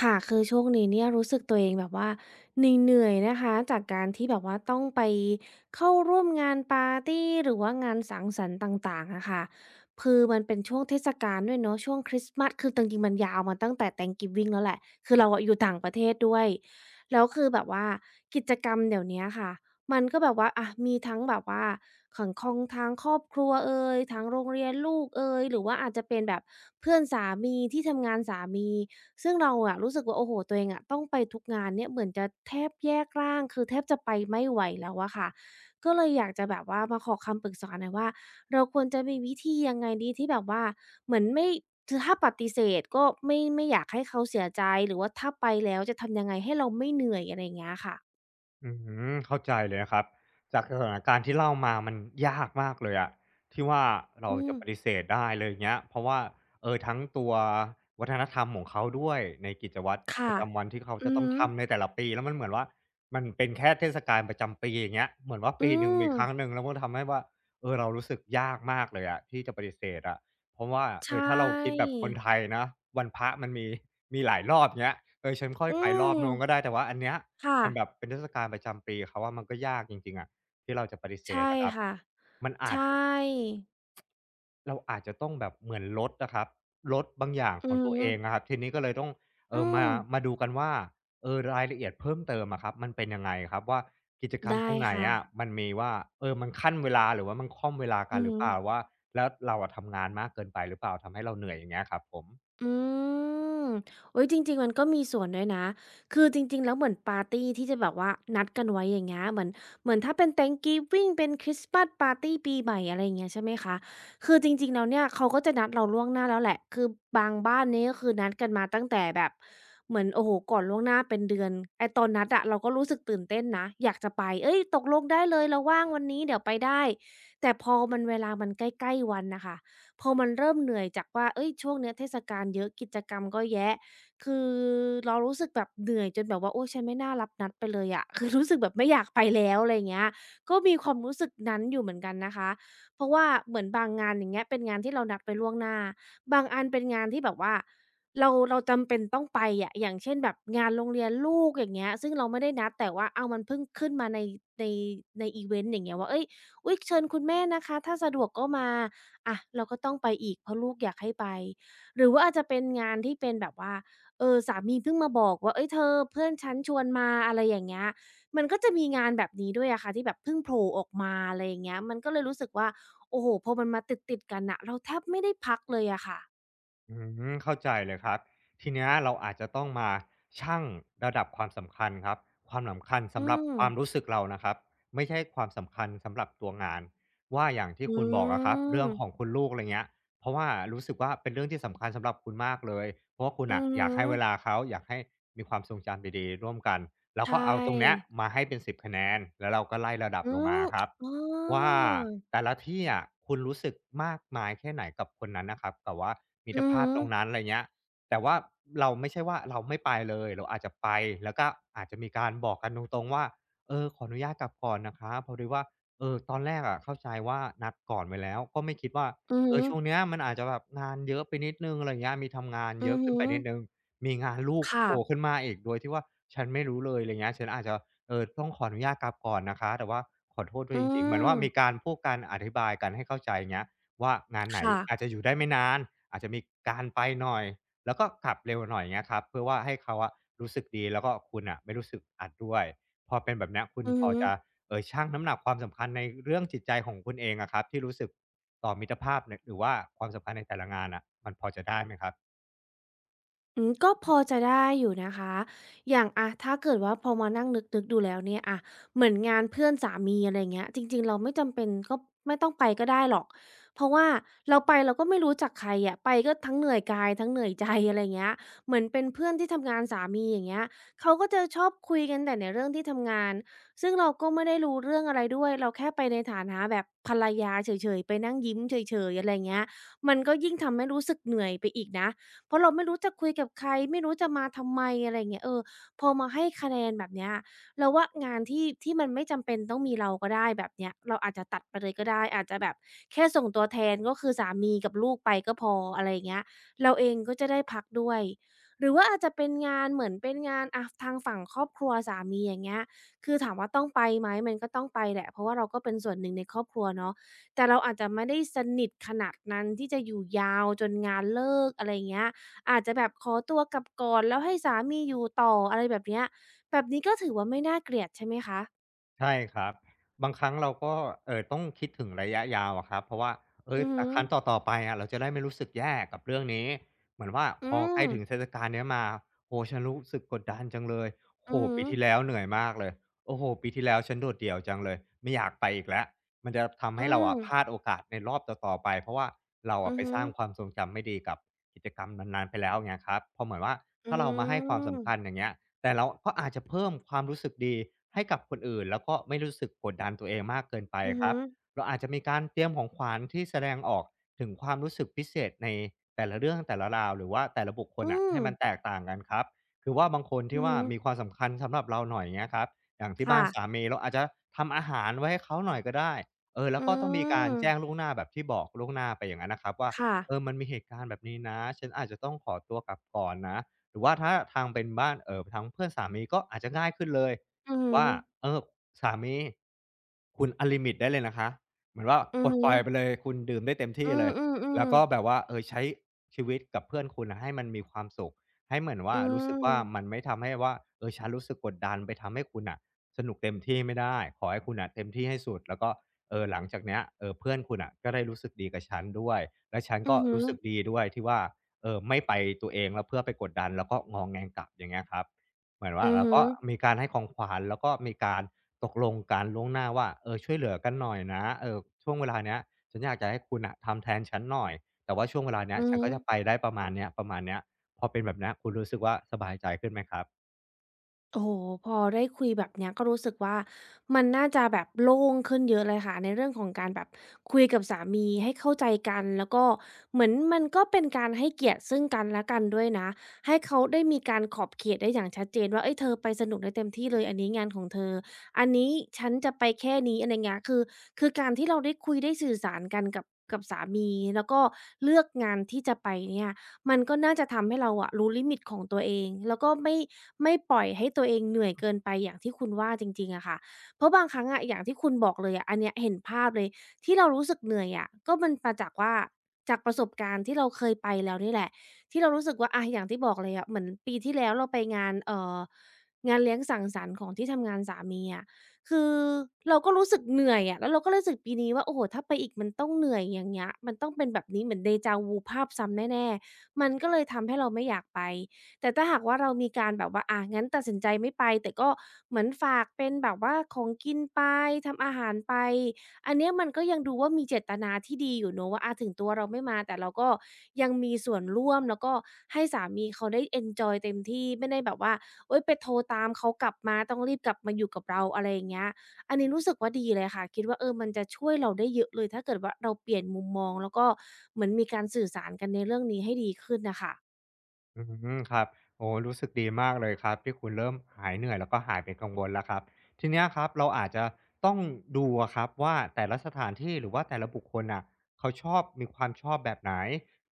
ค่ะคือช่วงนี้เนี่ยรู้สึกตัวเองแบบว่าเหนื่อยๆนะคะจากการที่แบบว่าต้องไปเข้าร่วมงานปาร์ตี้หรือว่างานสังสรรค์ต่างๆอะค่ะคือมันเป็นช่วงเทศกาลด้วยเนาะช่วงคริสต์มาสคือจริงๆมันยาวมาตั้งแต่ Thanksgi วิ่งแล้วแหละคือเราอะอยู่ต่างประเทศด้วยแล้วคือแบบว่ากิจกรรมเดี๋ยวเนี้ยค่ะมันก็แบบว่าอ่ะมีทั้งแบบว่าของทางครอบครัวเอ่ยทางโรงเรียนลูกเอ่ยหรือว่าอาจจะเป็นแบบเพื่อนสามีที่ทำงานสามี ซึ่งเราอะรู้สึกว่าโอ้โฮตัวเองอะต้องไปทุกงานเนี่ยเหมือนจะแทบแยกร่างคือแทบจะไปไม่ไหวแล้วอะค่ะก็เลยอยากจะแบบว่ามาขอคำปรึกษาหน่อยว่าเราควรจะมีวิธียังไงดีที่แบบว่าเหมือนไม่คือถ้าปฏิเสธก็ไม่อยากให้เขาเสียใจหรือว่าถ้าไปแล้วจะทำยังไงให้เราไม่เหนื่อยอะไรอย่างเงี้ยค่ะอืมเข้าใจเลยนะครับจากสถานการณ์ที่เล่ามามันยากมากเลยอะที่ว่าเราอืจะมปฏิเสธได้เลยงเงี้ยเพราะว่าเออทั้งตัววัฒนธรรมของเขาด้วยในกิจวัตรปค่ะระจำวันที่เขาจะอือต้องฮึทำในแต่ละปีแล้วมันเหมือนว่ามันเป็นแค่เทศกาลประจำปีอย่างเงี้ยเหมือนว่าปีอืหนึ่งมีมครั้งหนึ่งแล้วมันทำให้ว่าเออเรารู้สึกยากมากเลยอะที่จะปฏิเสธอะเพราะว่าใชเออถ้าเราคิด่แบบคนไทยนะวันพระมันมีหลายรอบเงี้ยเออฉันค่อยอืไปรอบนูมงก็ได้แต่ว่าอันเนี้ย ค่ะมันแบบเป็นเทศกาลประจำปีเขาอะมันก็ยากจริงๆอะที่เราจะปฏิเสใช่ธอะครับค่ะมันอาจใช่เราอาจจะต้องแบบเหมือนลดอะครับลดบางอย่างอืของอตัวเอฮึงอะครับทีนี้ก็เลยต้องอืมาม ดูกันว่าเออรายละเอียดเพิ่มเติมอะครับมันเป็นยังไงครับว่ากิจกรรมได้ตรงไหนค่ะอะมันมีว่าเออมันคั่นเวลาหรือว่ามันค่อมเวลากัอืนหรือเปล่ามว่าแล้วเราอะทำงานมากเกินไปหรือเปล่าทำให้เราเหนื่อยอย่างเงี้ยครับผม อืมโอุยจริงๆมันก็มีส่วนด้วยนะคือจริงๆแล้วเหมือนปาร์ตีที่จะแบบว่านัดกันไว้อย่างเงี้ยเหมือนถ้าเป็น Thanksgiving เป็นคริสต์มาสปาร์ตีปีใหม่อะไรอย่างเงี้ยใช่ไหมคะคือจริงๆแล้วเนี่ยเขาก็จะนัดเราล่วงหน้าแล้วแหละคือบางบ้านนี่ก็คือนัดกันมาตั้งแต่แบบเหมือนโอ้โหก่อนล่วงหน้าเป็นเดือนไอ้ตอนนัดอะเราก็รู้สึกตื่นเต้นนะ อยากจะไปเอ้ยตกลงได้เลยเราว่างวันนี้เดี๋ยวไปได้แต่พอมันเวลามันใกล้ๆวันนะคะ พอมันเริ่มเหนื่อยจากว่าเอ้ยช่วงเนี้ยเทศกาลเยอะกิจกรรมก็แยะคือเรารู้สึกแบบเหนื่อยจนแบบว่าโอ๊ยฉันไม่น่ารับนัดไปเลยอะ คือรู้สึกแบบไม่อยากไปแล้วอะไรอย่างเงี้ยก็มีความรู้สึกนั้นอยู่เหมือนกันนะคะ เพราะว่าเหมือนบางงานอย่างเงี้ยเป็นงานที่เรานัดไปล่วงหน้าบางอันเป็นงานที่แบบว่าเราจำเป็นต้องไปอะอย่างเช่นแบบงานโรงเรียนลูกอย่างเงี้ยซึ่งเราไม่ได้นัดแต่ว่าอ้าวมันเพิ่งขึ้นมาในในในอิเวนต์อย่างเงี้ยว่าเฮ้ยอุ๊ยเชิญคุณแม่นะคะถ้าสะดวกก็มา อ่ะเราก็ต้องไปอีกเพราะลูกอยากให้ไปหรือว่าอาจจะเป็นงานที่เป็นแบบว่าสามีเพิ่งมาบอกว่าเฮ้ยเธอเพื่อนฉันชวนมาอะไรอย่างเงี้ยมันก็จะมีงานแบบนี้ด้วยอะค่ะที่แบบเพิ่งโผล่ออกมาอะไรอย่างเงี้ยมันก็เลยรู้สึกว่าโอ้โฮพอมันมาติดๆกันน่ะเราแทบไม่ได้พักเลยอะค่ะอืมเข้าใจเลยครับทีเนี้ยเราอาจจะต้องมาชั่งระดับความสำคัญครับความสำคัญอืสำหรับมความรู้สึกเรานะครับไม่ใช่ความสำคัญสำหรับตัวงานว่าอย่างที่อืคุณบอกอะครับเรื่องของมคุณลูกอะไรเงี้ยเพราะว่ารู้สึกว่าเป็นเรื่องที่สำคัญสำหรับคุณมากเลยเพราะว่าคุณอือะออฮึยากให้เวลาเขาอยากให้มีความทรงจำดีๆร่วมกันเราใชก็เอาตรงเนี้ย่มาให้เป็นสิบคะแนนแล้วเราก็ไล่ระดับอืลงมามครับ อ๋อว่าแต่ละที่อะคุณรู้สึกมากมายแค่ไหนกับคนนั้นนะครับแบบว่ามิตรอือภาฮึพตรงนั้นอะไรเงี้ยแต่ว่าเราไม่ใช่ว่าเราไม่ไปเลยเราอาจจะไปแล้วก็อาจจะมีการบอกกันตรงๆว่าเออขออนุญาตกลับก่อนนะคะเพราะดีว่าเออตอนแรกอะเข้าใจว่านัดก่อนไว้แล้วก็ไม่คิดว่าอือเอฮึอช่วงเนี้ยมันอาจจะแบบงานเยอะไปนิดนึงอะไรเงี้ยมีทำงานเยอือะอขึ้ฮึนไปนิดนึงมีงานลูกค่ะโผล่ขึ้นมาอีกโดยที่ว่าฉันไม่รู้เลยอะไรเงี้ยฉันอาจจะ เออต้องขออนุญาตกลับก่อนนะคะแต่ว่าขอโทษด้วยอืจริงๆเหมือนมว่ามีการพวกการอธิบายกันให้เข้าใจเงี้ยว่างานไหนอาจค่ะจะอยู่ได้ไม่นานอาจจะมีการไปหน่อยแล้วก็กลับเร็วหน่อยเงี้ยครับเพื่อว่าให้เขาอะรู้สึกดีแล้วก็คุณน่ะไม่รู้สึกอัดด้วยพอเป็นแบบเนี้ยคุณอือพอฮึ จะชั่งน้ำหนักความสำคัญในเรื่องจิตใจของคุณเองอะครับที่รู้สึกต่อมิตรภาพเนี่ยหรือว่าความสัมพันธ์ในแต่ละงานน่ะมันพอจะได้ไหมครับ อืมก็พอจะได้อยู่นะคะอย่างอะถ้าเกิดว่าพอมานั่งนึกๆดูแล้วเนี่ยอะเหมือนงานเพื่อนสามีอะไรเงี้ยจริงๆเราไม่จำเป็นก็ไม่ต้องไปก็ได้หรอกเพราะว่าเราไปเราก็ไม่รู้จักใครอะไปก็ทั้งเหนื่อยกายทั้งเหนื่อยใจอะไรเงี้ยเหมือนเป็นเพื่อนที่ทำงานสามีอย่างเงี้ยเขาก็จะชอบคุยกันแต่ในเรื่องที่ทำงานซึ่งเราก็ไม่ได้รู้เรื่องอะไรด้วยเราแค่ไปในฐานะแบบภรรยาเฉยๆไปนั่งยิ้มเฉยๆอะไรเงี้ยมันก็ยิ่งทำให้รู้สึกเหนื่อยไปอีกนะ เพราะเราไม่รู้จะคุยกับใครไม่รู้จะมาทำไมอะไรอย่างเงี้ยพอมาให้คะแนนแบบเนี้ยเราว่างานที่มันไม่จำเป็นต้องมีเราก็ได้แบบเนี้ยเราอาจจะตัดไปเลยก็ได้อาจจะแบบแค่ส่งตัวแทนก็คือสามีกับลูกไปก็พออะไรอย่างเงี้ยเราเองก็จะได้พักด้วยหรือว่าอาจจะเป็นงานเหมือนเป็นงานอะทางฝั่งครอบครัวสามีอย่างเงี้ยคือถามว่าต้องไปไหมมันก็ต้องไปแหละเพราะว่าเราก็เป็นส่วนหนึ่งในครอบครัวเนาะแต่เราอาจจะไม่ได้สนิทขนาดนั้นที่จะอยู่ยาวจนงานเลิกอะไรอย่างเงี้ย อาจจะแบบขอตัวกลับก่อนแล้วให้สามีอยู่ต่ออะไรแบบเนี้ยแบบนี้ก็ถือว่าไม่น่าเกลียดใช่ไหมคะใช่ครับบางครั้งเราก็ต้องคิดถึงระยะยาวอะครับเพราะว่าเฮ้อืยอฮึแต่ครั้งต่อๆไปอะเราจะได้ไม่รู้สึกแย่กับเรื่องนี้เหมือนว่าอืพอใกมล้ถึงเทศกาลเนี้ยมาโอ้โฮฉันรู้สึกกดดันจังเลยโอ้โฮอือฮึปีที่แล้วเหนื่อยมากเลยโอ้โฮปีที่แล้วฉันโดดเดี่ยวจังเลยไม่อยากไปอีกแล้วมันจะทำอืให้เรามอะพลาดโอกาสในรอบต่อๆไปเพราะว่าเราอะอือไปฮึสร้างความทรงจำไม่ดีกับกิจกรรมนั้นๆไปแล้วอย่างเงี้ยครับพอเหมือนว่าอืถ้าเรามาให้ความสำคัญมอย่างเงี้ย แต่เราก็อาจจะเพิ่มความรู้สึกดีให้กับคนอื่นแล้วก็ไม่รู้สึกกดดันตัวเองมากเกินไปอือคฮึรับเราอาจจะมีการเตรียมของขวัญที่แสดงออกถึงความรู้สึกพิเศษในแต่ละเรื่องแต่ละราวหรือว่าแต่ละบุคคลอือ่ะมให้มันแตกต่างกันครับคือว่าบางคนอืที่อว่าฮึมีความสำคัญสำหรับเราหน่อยเงี้ยครับอย่างที่บ้าค่ะ นสามีเราอาจจะทำอาหารไว้ให้เขาหน่อยก็ได้เออแล้วอืก็ต้องมีการแจ้งล่วมงหน้าแบบที่บอกล่วงหน้าไปอย่างนั้นนะครับว่าค่ะเออมันมีเหตุการณ์แบบนี้นะฉันอาจจะต้องขอตัวกลับก่อนนะ หรือว่าถ้าทางเป็นบ้านทางเพื่อนสามีก็อาจจะง่ายขึ้นเลยอือฮึว่าเออสามีคุณอันลิมิตได้เลยนะคะเหมือนว่าอืปอลดฮึปล่อยไปเลยคุณดื่มได้เต็มที่อืเลยแล้อวก็ๆแบๆบว่าเออใช้ชีวิตกับเพื่อนคุณน่ะให้มันมีความสุขให้เหมือนอืว่ารู้สึกมว่ามันไม่ทำให้ว่าเออฉันรู้สึกกดดันไปทำให้คุณน่ะสนุกเต็มที่ไม่ได้ขอให้คุณน่ะเต็มที่ให้สุดแล้วก็เออหลังจากเนี้ยเออเพื่อนคุณน่ะก็ได้รู้สึกดีกับฉันด้วยและฉันอืก็อฮึรู้สึกดีด้วยที่ว่า เออไม่ไปตัวเองแล้วเพื่อไปกดดันแล้วก็งองแงงกลับอย่างเงี้ยครับเหมือนอืว่าอเราฮึก็มีการให้ของขวัญแล้วก็มีการตกลงกันล่วงหน้าว่าเออช่วยเหลือกันหน่อยนะเออช่วงเวลาเนี้ยฉันอยากจะให้คุณอะทำแทนฉันหน่อยแต่ว่าช่วงเวลาเนี้ยอือฉันก็จะไปฮึ ได้ประมาณเนี้ยประมาณเนี้ยพอเป็นแบบเนี้ยคุณรู้สึกว่าสบายใจขึ้นไหมครับ โอ้โฮพอได้คุยแบบเนี้ยก็รู้สึกว่ามันน่าจะแบบโล่งขึ้นเยอะเลยค่ะในเรื่องของการแบบคุยกับสามีให้เข้าใจกันแล้วก็เหมือนมันก็เป็นการให้เกียรติซึ่งกันและกันด้วยนะให้เขาได้มีการขอบเขตได้อย่างชัดเจนว่าเอ้ยเธอไปสนุกได้เต็มที่เลยอันนี้งานของเธออันนี้ฉันจะไปแค่นี้อะไรเงี้ยคือการที่เราได้คุยได้สื่อสารกันกับกับสามีแล้วก็เลือกงานที่จะไปเนี่ย มันก็น่าจะทำให้เราอะรู้ลิมิตของตัวเองแล้วก็ไม่ปล่อยให้ตัวเองเหนื่อยเกินไปอย่างที่คุณว่าจริงๆอะค่ะเพราะบางครั้งอะอย่างที่คุณบอกเลยอะอันเนี้ยเห็นภาพเลยที่เรารู้สึกเหนื่อยอะก็มันมาจากว่าจากประสบการณ์ที่เราเคยไปแล้วนี่แหละที่เรารู้สึกว่าอะอย่างที่บอกเลยอะเหมือนปีที่แล้วเราไปงานงานเลี้ยงสังสรรค์ของที่ทำงานสามีอะคือเราก็รู้สึกเหนื่อยอะแล้วเราก็รู้สึกปีนี้ว่าโอ้โฮถ้าไปอีกมันต้องเหนื่อยอย่างเงี้ยมันต้องเป็นแบบนี้เหมือน déjà vu ภาพซ้ำแน่ๆ มันก็เลยทำให้เราไม่อยากไป แต่ถ้าหากว่าเรามีการแบบว่าอ่างั้นตัดสินใจไม่ไป แต่ก็เหมือนฝากเป็นแบบว่าของกินไปทำอาหารไปอันเนี้ยมันก็ยังดูว่ามีเจตนาที่ดีอยู่เนาะว่าอาถึงตัวเราไม่มาแต่เราก็ยังมีส่วนร่วมแล้วก็ให้สามีเขาได้เอนจอยเต็มที่ไม่ได้แบบว่าโอ๊ยไปโทรตามเขากลับมาต้องรีบกลับมาอยู่กับเราอะไรอย่างเงี้ย อันนี้รู้สึกว่าดีเลยค่ะคิดว่าเออมันจะช่วยเราได้เยอะเลยถ้าเกิดว่าเราเปลี่ยนมุมมองแล้วก็เหมือนมีการสื่อสารกันในเรื่องนี้ให้ดีขึ้นน่ะค่ะอืมครับโอ้รู้สึกดีมากเลยครับที่คุณเริ่มหายเหนื่อยแล้วก็หายเป็นกังวลแล้วครับทีเนี้ยครับเราอาจจะต้องดูอะครับว่าแต่ละสถานที่หรือว่าแต่ละบุคคลน่ะเขาชอบมีความชอบแบบไหน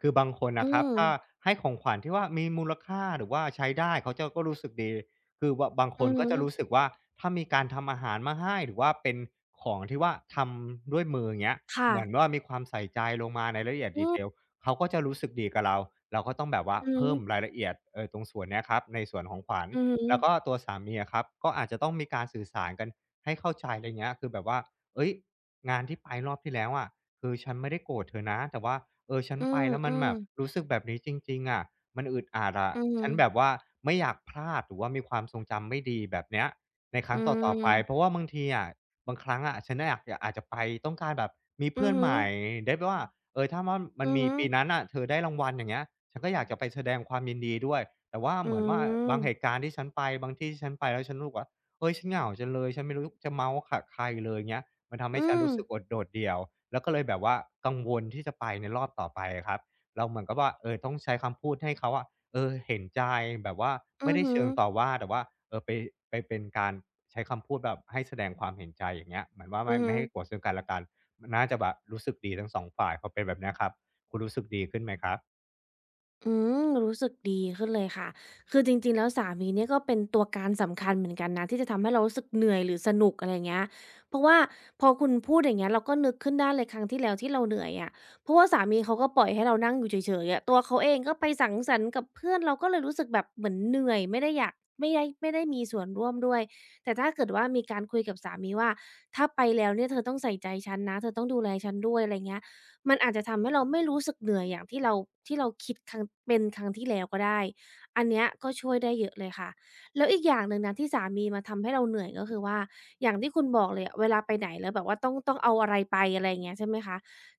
คือบางคนอืนะครับถ้ามให้ของขวัญที่ว่ามีมูลค่าหรือว่าใช้ได้เขาจะก็รู้สึกดีคือว่าบางคอืนอก็ฮึจะรู้สึกว่าถ้ามีการทำอาหารมาให้หรือว่าเป็นของที่ว่าทำด้วยมืออย่างเงี้ยค่ะเหมือนว่ามีความใส่ใจลงมาในรายละเอียดอืดีเทล มเขาก็จะรู้สึกดีกับเราเราก็ต้องแบบว่าอือฮเพิ่มราึยละเอียดเออตรงส่วนเนี้ยครับในส่วนของขวัญอือแล้วก็ตัวสามีอะครับก็อาจจะต้องมีการสื่อสารกันให้เข้าใจไรเงี้ยคือแบบว่าเฮ้ยงานที่ไปรอบที่แล้วอะคือฉันไม่ได้โกรธเธอนะแต่ว่าเออฉันฮไปแล้วมันึแบบรู้สึกแบบนี้จริงๆอะมันอึดอัดอะอืฉันแบบมว่าไม่อยากพลาดหรือว่ามีความทรงจำไม่ดีแบบเนี้ยในคๆรั้อืงต่อๆไปอเพราะว่าบางทีอะบางครั้งอะฉันน่ะอยากอาจจะไปต้องการแบบมีเพื่ือนใหอม่ได้ว่า เออถ้าว่ามันอืมีอปีนั้นน่ะเธอได้รางวัลอย่างเงี้ยฉันก็อยากจะไปแสดงความยินดีด้วยแต่ว่าอือเหมือนว่าฮบางเหึตุการณ์ที่ฉันไปบางที่ที่ฉันไปแล้วฉันรู้สึกว่าเฮ้ยฉันเหงาจังเลยฉันไม่รู้จะเมาท์กับใครเลยเงี้ยมันทำอือฮึให้อืฉันมอืรู้สึกโออดโดดเดี่ยวแล้วก็เลยแบบว่ากังวลที่จะไปในรอบต่อไปอะครับเราเหมือนกับว่าเออต้องใช้คำพูดให้เขาอะเออเห็นใจแบบว่าอืไม่อได้ฮึเชิงต่อว่าแต่ว่าเออไปไปเป็นการใช้คำพูดแบบให้แสดงความเห็นใจอย่างเงี้ยเหมือนว่าอืไม่อฮึ ไม่ให้โกรธซึ่งกันและกัน มันน่าจะแบบรู้สึกดีทั้งสองฝ่ายพอเป็นแบบเนี้ยครับคุณรู้สึกดีขึ้นไหมครับอืมรู้สึกดีขึ้นเลยค่ะคือจริงๆแล้วสามีเนี่ยก็เป็นตัวการสำคัญเหมือนกันนะที่จะทำให้เรารู้สึกเหนื่อยหรือสนุกอะไรอย่างเงี้ยเพราะว่าพอคุณพูดอย่างเงี้ยเราก็นึกขึ้นได้เลยครั้งที่แล้วที่เราเหนื่อยอะเพราะว่าสามีเขาก็ปล่อยให้เรานั่งอยู่เฉยๆอะตัวเขาเองก็ไปสังสรรค์กับเพื่อนเราก็เลยรู้สึกแบบเหมือนเหนื่อยไม่ได้อยากไม่ได้มีส่วนร่วมด้วยแต่ถ้าเกิดว่ามีการคุยกับสามีว่าถ้าไปแล้วเนี่ยเธอต้องใส่ใจฉันนะเธอต้องดูแลฉันด้วยอะไรเงี้ย มันอาจจะทำให้เราไม่รู้สึกเหนื่อยอย่างที่เราที่เราคิดครั้งเป็นครั้งที่แล้วก็ได้ อันเนี้ยก็ช่วยได้เยอะเลยค่ะแล้วอีกอย่างหนึ่งนะที่สามีมาทำให้เราเหนื่อยก็คือว่าอย่างที่คุณบอกเลยอะเวลาไปไหนแล้วแบบว่าต้องเอาอะไรไปอะไรอย่างเงี้ยใช่ไหมคะ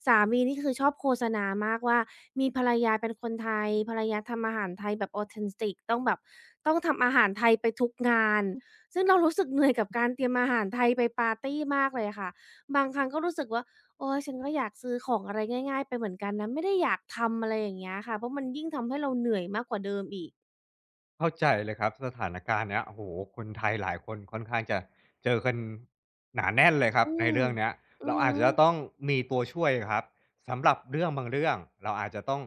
สามีนี่คือชอบโฆษณามากว่ามีภรรยาเป็นคนไทยภรรยาทำอาหารไทยแบบ authenti ต้องแบบต้องทำอาหารไทยไปทุกงาน ซึ่งเรารู้สึกเหนื่อยกับการเตรียมอาหารไทยไปปาร์ตีมากเลยอะค่ะบางครั้งก็รู้สึกว่า โอ้ยฉันก็อยากซื้อของอะไรง่ายๆไปเหมือนกันนะไม่ได้อยากทำอะไรอย่างเงี้ยค่ะเพราะมันยิ่งทำให้เราเหนื่อยมากกว่าเดิมอีกเข้าใจเลยครับสถานการณ์เนี้ยโอ้โฮคนไทยหลายคนค่อนข้างจะเจอกันหนาแน่นเลยครับอืในมเรื่องเนี้ยอือเราฮึอาจจะต้องมีตัวช่วยครับสำหรับเรื่องบางเรื่องเราอาจจะต้อง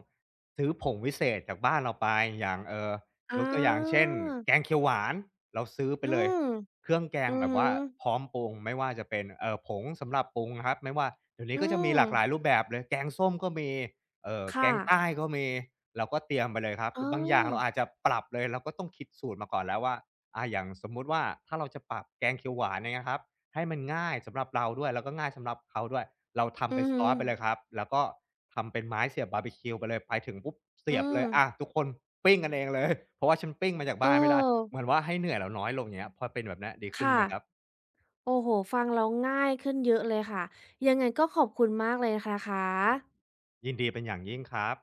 ซื้อผงวิเศษจากบ้านเราไปอย่างยกอาตัวอย่างเช่นแกงเขียวหวานเราซื้อไปอืเลยมเครื่องแกงอือแบบฮึว่าพร้อมปรุงไม่ว่าจะเป็นผงสำหรับปรุงครับไม่ว่าเดี๋ยวนี้อืก็จะมีมหลากหลายรูปแบบเลยแกงส้มก็มี แกค่ะงใต้ก็มีเราก็เตรียมไปเลยครับเอบางอย่างอเราอาจจะปรับเลยเราก็ต้องคิดสูตรมาก่อนแล้วว่าอาอย่างสมมุติว่าถ้าเราจะปรับแกงเขียวหวานอย่างเงี้ยครับให้มันง่ายสำหรับเราด้วยแล้วก็ง่ายสำหรับเขาด้วยเราทำอืเป็นอซฮึอสไปเลยครับแล้วก็ทำเป็นไม้เสียบบาร์บีคิวไปเลยไปถึงปุ๊บเสีอืยบเลมยอาทุกคนปิ้งกันเองเลยเพราะว่าฉันปิ้งมาจากเออบ้านไม่ได้เหมือนว่าให้เหนื่อยเราน้อยลงอย่างเงี้ยพอเป็นแบบเนี้ยดีขึ้นไหค่ะมครับโอ้โฮฟังแล้วง่ายขึ้นเยอะเลยค่ะยังไงก็ขอบคุณมากเลยนะคะยินดีเป็นอย่างยิ่งครับ